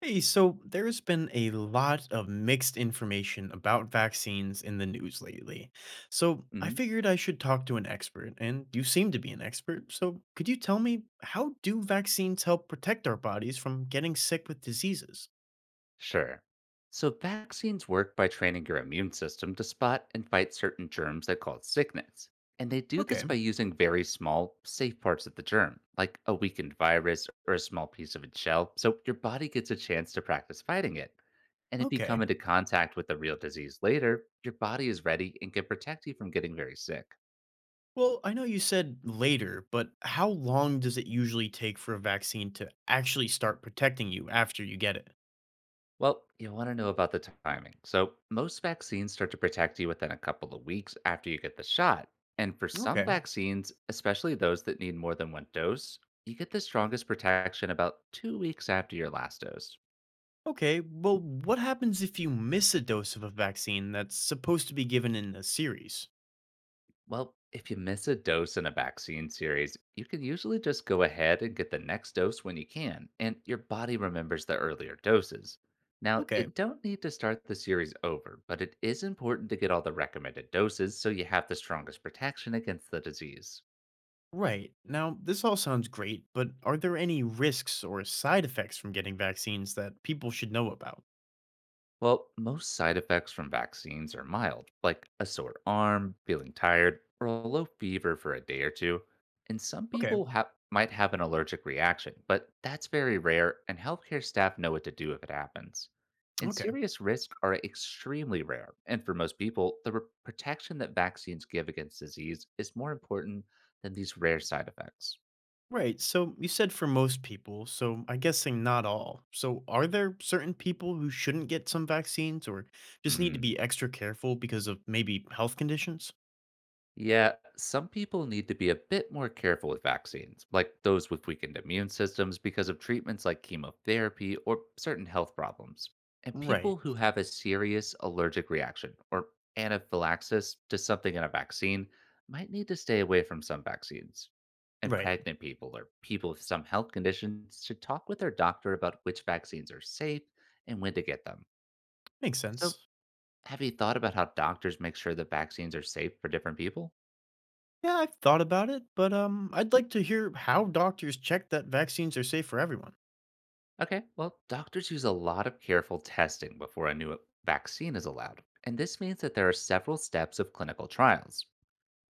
Hey, so there's been a lot of mixed information about vaccines in the news lately. So I Mhm. figured I should talk to an expert, and you seem to be an expert. So could you tell me, how do vaccines help protect our bodies from getting sick with diseases? Sure. So, vaccines work by training your immune system to spot and fight certain germs that cause sickness. And they do this Okay, by using very small, safe parts of the germ, like a weakened virus or a small piece of its shell, so your body gets a chance to practice fighting it. And if you come okay. into contact with a real disease later, your body is ready and can protect you from getting very sick. Well, I know you said later, but how long does it usually take for a vaccine to actually start protecting you after you get it? Well, you want to know about the timing. So, most vaccines start to protect you within a couple of weeks after you get the shot. And for some Okay. vaccines, especially those that need more than one dose, you get the strongest protection about 2 weeks after your last dose. Okay, well, what happens if you miss a dose of a vaccine that's supposed to be given in a series? Well, if you miss a dose in a vaccine series, you can usually just go ahead and get the next dose when you can, and your body remembers the earlier doses. Now, you Okay, don't need to start the series over, but it is important to get all the recommended doses so you have the strongest protection against the disease. right. Now, this all sounds great, but are there any risks or side effects from getting vaccines that people should know about? Well, most side effects from vaccines are mild, like a sore arm, feeling tired, or a low fever for a day or two. And some Okay, people might have an allergic reaction, but that's very rare, and healthcare staff know what to do if it happens. And okay. serious risks are extremely rare. And for most people, the protection that vaccines give against disease is more important than these rare side effects. Right, so you said for most people, so I'm guessing not all. So, are there certain people who shouldn't get some vaccines or just need to Mm. be extra careful because of maybe health conditions? Yeah, some people need to be a bit more careful with vaccines, like those with weakened immune systems because of treatments like chemotherapy or certain health problems. And Right, people who have a serious allergic reaction or anaphylaxis to something in a vaccine might need to stay away from some vaccines. And right. pregnant people or people with some health conditions should talk with their doctor about which vaccines are safe and when to get them. Makes So, sense. have you thought about how doctors make sure the vaccines are safe for different people? Yeah, I've thought about it, but I'd like to hear how doctors check that vaccines are safe for everyone. Okay, well, doctors use a lot of careful testing before a new vaccine is allowed, and this means that there are several steps of clinical trials.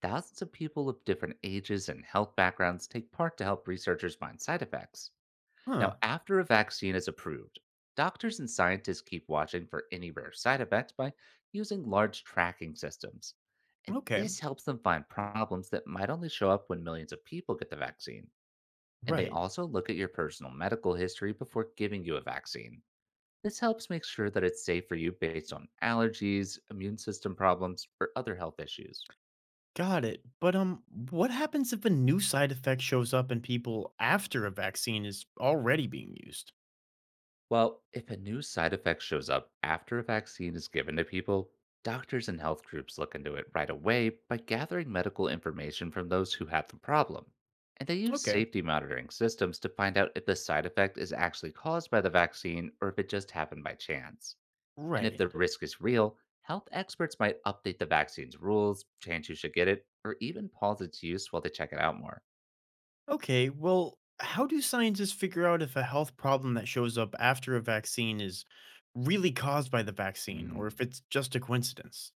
Thousands of people of different ages and health backgrounds take part to help researchers find side effects. Huh. Now, after a vaccine is approved, doctors and scientists keep watching for any rare side effects by using large tracking systems. And Okay. this helps them find problems that might only show up when millions of people get the vaccine, and they Right. also look at your personal medical history before giving you a vaccine. This helps make sure that it's safe for you based on allergies, immune system problems, or other health issues. Got it. But what happens if a new side effect shows up in people after a vaccine is already being used? Well, if a new side effect shows up after a vaccine is given to people, doctors and health groups look into it right away by gathering medical information from those who have the problem. And they use Okay. safety monitoring systems to find out if the side effect is actually caused by the vaccine or if it just happened by chance. And if Right. the risk is real, health experts might update the vaccine's rules, change who should get it, or even pause its use while they check it out more. Okay. Well, how do scientists figure out if a health problem that shows up after a vaccine is really caused by the vaccine or if Hmm. it's just a coincidence?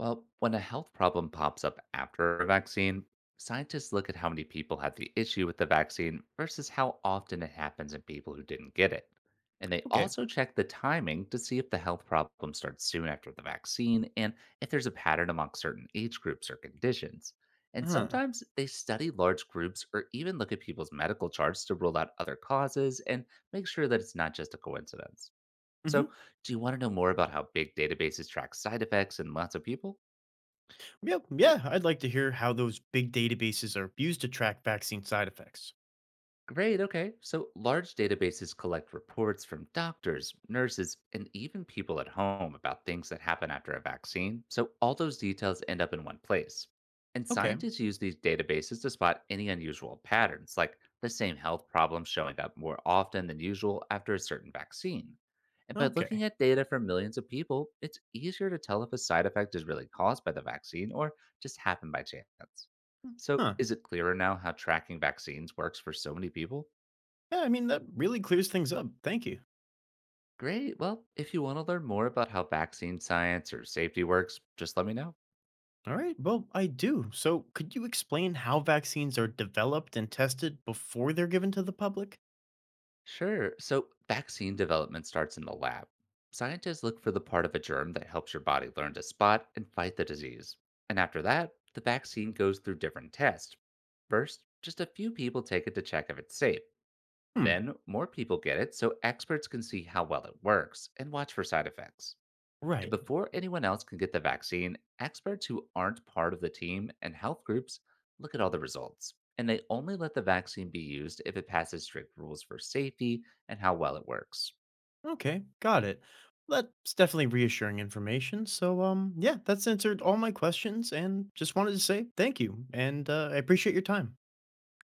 Well, when a health problem pops up after a vaccine, scientists look at how many people had the issue with the vaccine versus how often it happens in people who didn't get it. And they Okay. also check the timing to see if the health problem starts soon after the vaccine and if there's a pattern among certain age groups or conditions. And Huh. sometimes they study large groups or even look at people's medical charts to rule out other causes and make sure that it's not just a coincidence. So, Mhm. do you want to know more about how big databases track side effects in lots of people? Yep. Yeah, I'd like to hear how those big databases are used to track vaccine side effects. Great, okay. So large databases collect reports from doctors, nurses, and even people at home about things that happen after a vaccine. So all those details end up in one place. And Okay. scientists use these databases to spot any unusual patterns, like the same health problem showing up more often than usual after a certain vaccine. And by looking Okay. at data from millions of people, it's easier to tell if a side effect is really caused by the vaccine or just happened by chance. So, Huh. is it clearer now how tracking vaccines works for so many people? Yeah, I mean, that really clears things up. Thank you. Great. Well, if you want to learn more about how vaccine science or safety works, just let me know. All right. Well, I do. So, could you explain how vaccines are developed and tested before they're given to the public? Sure. So, vaccine development starts in the lab. Scientists look for the part of a germ that helps your body learn to spot and fight the disease. And after that, the vaccine goes through different tests. First, just a few people take it to check if it's safe. Hmm. Then, more people get it so experts can see how well it works and watch for side effects. And Right. before anyone else can get the vaccine, experts who aren't part of the team and health groups look at all the results, and they only let the vaccine be used if it passes strict rules for safety and how well it works. Okay. Got it. That's definitely reassuring information. So, yeah, that's answered all my questions and just wanted to say thank you. And I appreciate your time.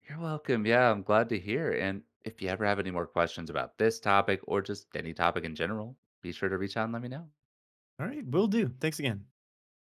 You're welcome. Yeah, I'm glad to hear. And if you ever have any more questions about this topic or just any topic in general, be sure to reach out and let me know. All right. Will do. Thanks again.